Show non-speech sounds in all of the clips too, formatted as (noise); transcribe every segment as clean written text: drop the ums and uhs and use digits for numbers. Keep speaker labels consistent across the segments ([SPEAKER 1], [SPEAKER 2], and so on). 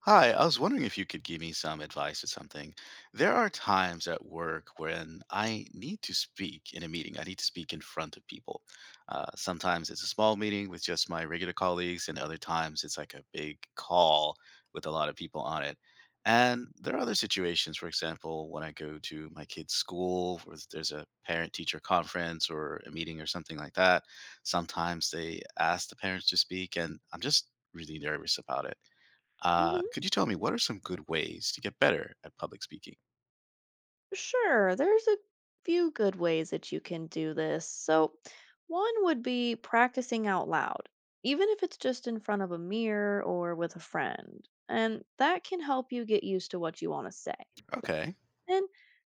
[SPEAKER 1] Hi, I was wondering if you could give me some advice or something. There are times at work when I need to speak in a meeting. I need to speak in front of people. Sometimes it's a small meeting with just my regular colleagues, and other times it's like a big call with a lot of people on it. And there are other situations, for example, when I go to my kid's school, where there's a parent teacher conference or a meeting or something like that. Sometimes they ask the parents to speak, and I'm just really nervous about it.
[SPEAKER 2] hmm
[SPEAKER 1] Could you tell me what are some good ways to get better at public speaking?
[SPEAKER 2] Sure, there's a few good ways that you can do this. So, one would be practicing out loud, even if it's just in front of a mirror or with a friend. And that can help you get used to what you want to say.
[SPEAKER 1] Okay,
[SPEAKER 2] And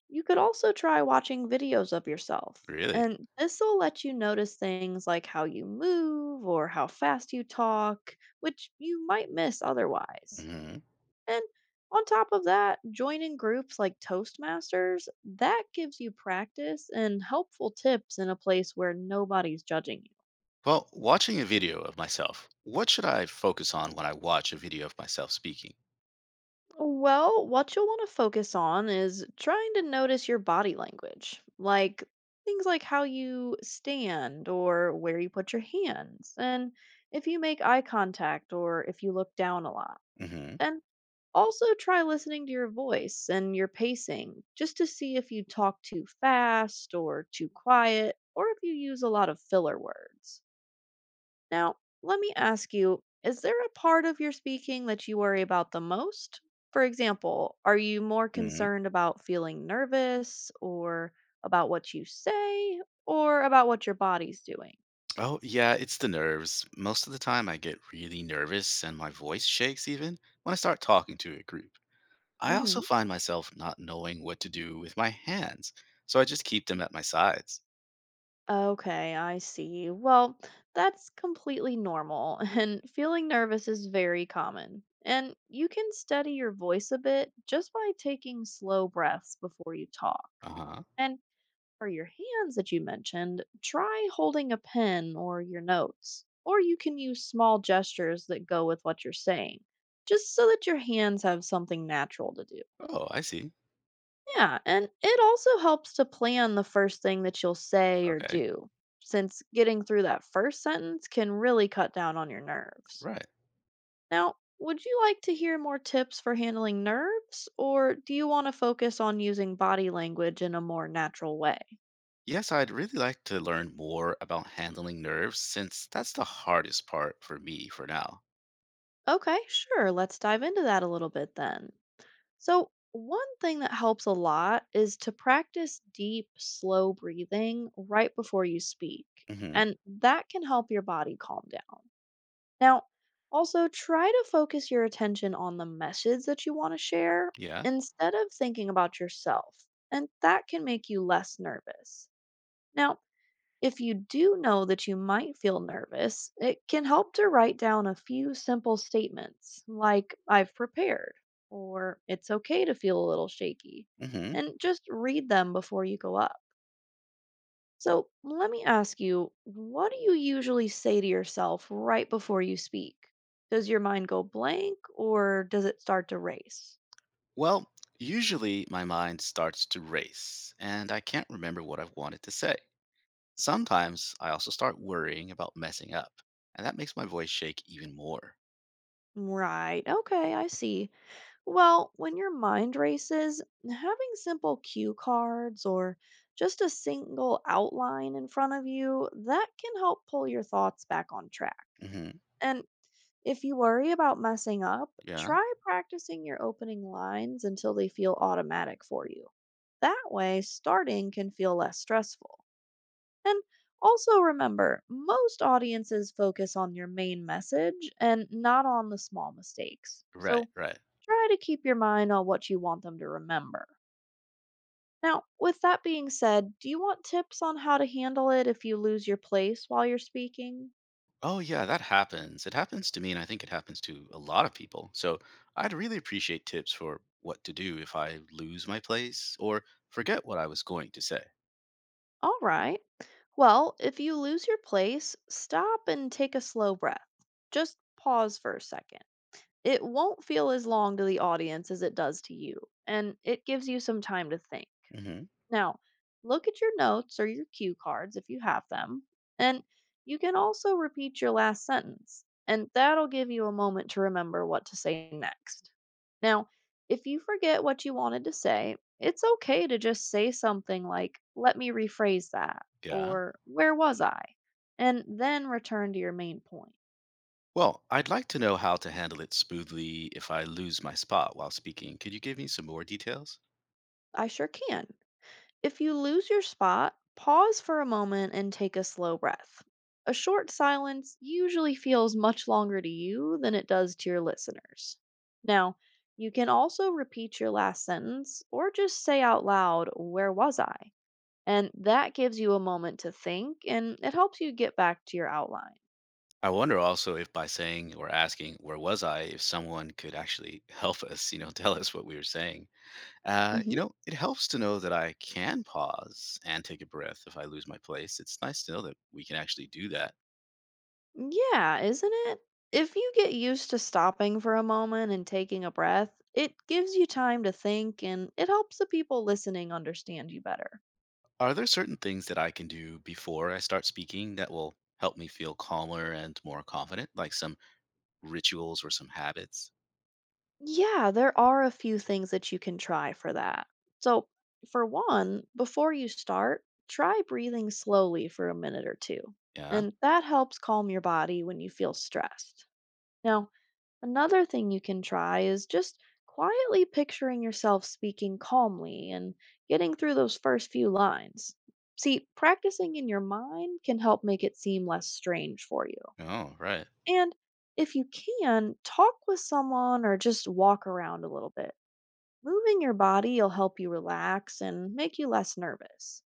[SPEAKER 2] you could also try watching videos of yourself.
[SPEAKER 1] really?
[SPEAKER 2] And this will let you notice things like how you move or how fast you talk, which you might miss otherwise.
[SPEAKER 1] Hmm.
[SPEAKER 2] And on top of that, joining groups like Toastmasters, that gives you practice and helpful tips in a place where nobody's judging you.
[SPEAKER 1] Well, watching a video of myself, what should I focus on when I watch a video of myself speaking?
[SPEAKER 2] Well, what you'll want to focus on is trying to notice your body language, like things like how you stand or where you put your hands, and if you make eye contact or if you look down a lot.
[SPEAKER 1] Hmm.
[SPEAKER 2] And also, try listening to your voice and your pacing just to see if you talk too fast or too quiet or if you use a lot of filler words. Now, let me ask you, is there a part of your speaking that you worry about the most? For example, are you more
[SPEAKER 1] Hmm.
[SPEAKER 2] concerned about feeling nervous or about what you say or about what your body's doing?
[SPEAKER 1] Oh, yeah, it's the nerves. Most of the time, I get really nervous and my voice shakes even when I start talking to a group. I
[SPEAKER 2] hmm
[SPEAKER 1] also find myself not knowing what to do with my hands, so I just keep them at my sides.
[SPEAKER 2] Okay, I see. Well, that's completely normal, (laughs) and feeling nervous is very common. And you can steady your voice a bit just by taking slow breaths before you talk.
[SPEAKER 1] Uh huh.
[SPEAKER 2] And for your hands that you mentioned, try holding a pen or your notes, or you can use small gestures that go with what you're saying, just so that your hands have something natural to do.
[SPEAKER 1] Oh, I see.
[SPEAKER 2] Yeah, and it also helps to plan the first thing that you'll say or
[SPEAKER 1] Okay,
[SPEAKER 2] do, since getting through that first sentence can really cut down on your nerves.
[SPEAKER 1] right.
[SPEAKER 2] Now, would you like to hear more tips for handling nerves, or do you want to focus on using body language in a more natural way?
[SPEAKER 1] Yes, I'd really like to learn more about handling nerves since that's the hardest part for me for now.
[SPEAKER 2] Okay, sure, let's dive into that a little bit then. So, one thing that helps a lot is to practice deep, slow breathing right before you speak,
[SPEAKER 1] Hmm.
[SPEAKER 2] and that can help your body calm down. Now, also try to focus your attention on the message that you want to share
[SPEAKER 1] Yeah.
[SPEAKER 2] instead of thinking about yourself, and that can make you less nervous. Now, if you do know that you might feel nervous, it can help to write down a few simple statements like, I've prepared, or it's okay to feel a little shaky,
[SPEAKER 1] Hmm.
[SPEAKER 2] and just read them before you go up. So let me ask you, what do you usually say to yourself right before you speak? Does your mind go blank or does it start to race?
[SPEAKER 1] Well, usually my mind starts to race and I can't remember what I've wanted to say. Sometimes I also start worrying about messing up, and that makes my voice shake even more.
[SPEAKER 2] Right, okay, I see. Well, when your mind races, having simple cue cards or just a single outline in front of you, that can help pull your thoughts back on track.
[SPEAKER 1] Hmm.
[SPEAKER 2] And if you worry about messing up,
[SPEAKER 1] Yeah.
[SPEAKER 2] try practicing your opening lines until they feel automatic for you. That way, starting can feel less stressful. And also remember, most audiences focus on your main message and not on the small mistakes.
[SPEAKER 1] Right,
[SPEAKER 2] So
[SPEAKER 1] right.
[SPEAKER 2] try to keep your mind on what you want them to remember. Now, with that being said, do you want tips on how to handle it if you lose your place while you're speaking?
[SPEAKER 1] Oh yeah, that happens. It happens to me, and I think it happens to a lot of people. So I'd really appreciate tips for what to do if I lose my place or forget what I was going to say.
[SPEAKER 2] All right. Well, if you lose your place, stop and take a slow breath. Just pause for a second. It won't feel as long to the audience as it does to you, and it gives you some time to think.
[SPEAKER 1] Hmm.
[SPEAKER 2] Now, look at your notes or your cue cards if you have them, and you can also repeat your last sentence, and that'll give you a moment to remember what to say next. Now, if you forget what you wanted to say, it's okay to just say something like, let me rephrase that,
[SPEAKER 1] Yeah.
[SPEAKER 2] or where was I? And then return to your main point.
[SPEAKER 1] Well, I'd like to know how to handle it smoothly if I lose my spot while speaking. Could you give me some more details?
[SPEAKER 2] I sure can. If you lose your spot, pause for a moment and take a slow breath. A short silence usually feels much longer to you than it does to your listeners. Now, you can also repeat your last sentence or just say out loud, where was I? And that gives you a moment to think and it helps you get back to your outline.
[SPEAKER 1] I wonder also if by saying or asking, where was I, if someone could actually (laughs) help us, (laughs) tell us what we were saying. You
[SPEAKER 2] Mhm.
[SPEAKER 1] know, it helps to know that I can pause and take a breath if I lose my place. It's nice to know that we can actually do that.
[SPEAKER 2] Yeah, isn't it? If you get used to stopping for a moment and taking a breath, it gives you time to think and it helps the people listening understand you better.
[SPEAKER 1] Are there certain things that I can do before I start speaking that will help me feel calmer and more confident, like some rituals or some habits?
[SPEAKER 2] Yeah, there are a few things that you can try for that. So, for one, before you start, try breathing slowly for a minute or two.
[SPEAKER 1] Yeah.
[SPEAKER 2] And that helps calm your body when you feel stressed. Now, another thing you can try is just quietly picturing yourself speaking calmly and getting through those first few lines. See, practicing in your mind can help make it seem less strange for you.
[SPEAKER 1] Oh, right.
[SPEAKER 2] And if you can, talk with someone or just walk around a little bit. Moving your body will help you relax and make you less nervous.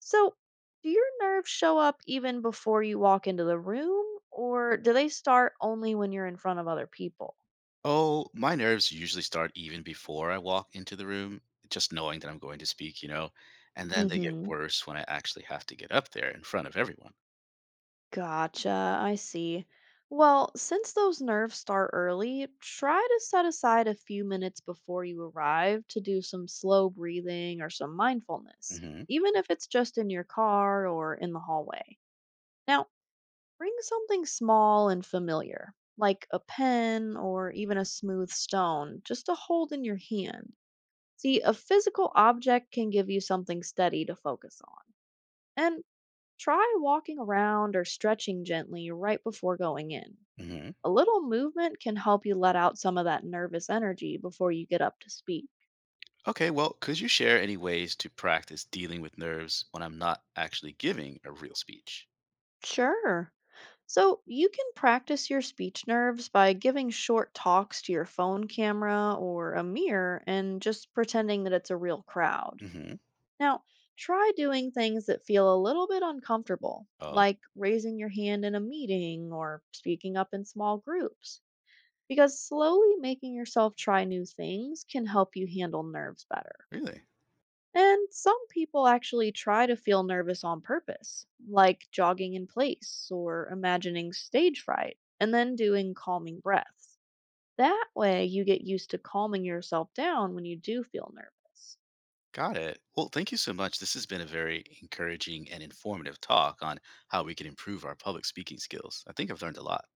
[SPEAKER 2] So, do your nerves show up even before you walk into the room, or do they start only when you're in front of other people?
[SPEAKER 1] Oh, my nerves usually start even before I walk into the room, just knowing that I'm going to speak, and
[SPEAKER 2] Mm
[SPEAKER 1] then they get
[SPEAKER 2] hmm.
[SPEAKER 1] worse when I actually have to get up there in front of everyone.
[SPEAKER 2] Gotcha, I see. Well, since those nerves start early, try to set aside a few minutes before you arrive to do some slow breathing or some mindfulness,
[SPEAKER 1] Hmm.
[SPEAKER 2] even if it's just in your car or in the hallway. Now, bring something small and familiar, like a pen or even a smooth stone, just to hold in your hand. See, a physical object can give you something steady to focus on. And try walking around or stretching gently right before going in.
[SPEAKER 1] Hmm.
[SPEAKER 2] A little movement can help you let out some of that nervous energy before you get up to speak.
[SPEAKER 1] Okay, well, could you share any ways to practice dealing with nerves when I'm not actually giving a real speech?
[SPEAKER 2] Sure. So, you can practice your speech nerves by giving short talks to your phone camera or a mirror and just pretending that it's a real crowd.
[SPEAKER 1] Hmm.
[SPEAKER 2] Now, try doing things that feel a little bit uncomfortable,
[SPEAKER 1] Oh,
[SPEAKER 2] like raising your hand in a meeting or speaking up in small groups, because slowly making yourself try new things can help you handle nerves better.
[SPEAKER 1] really?
[SPEAKER 2] And some people actually try to feel nervous on purpose, like jogging in place or imagining stage fright, and then doing calming breaths. That way, you get used to calming yourself down when you do feel nervous.
[SPEAKER 1] Got it. Well, thank you so much. This has been a very encouraging and informative talk on how we can improve our public speaking skills. I think I've learned a lot.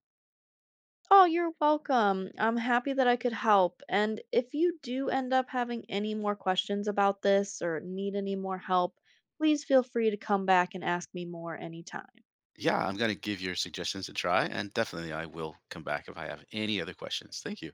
[SPEAKER 2] Oh, you're welcome. I'm happy that I could help. And if you do end up having any more questions about this or need any more help, please feel free to come back and ask me more anytime.
[SPEAKER 1] Yeah, I'm going to give your suggestions a try, and definitely I will come back if I have any other questions. Thank you.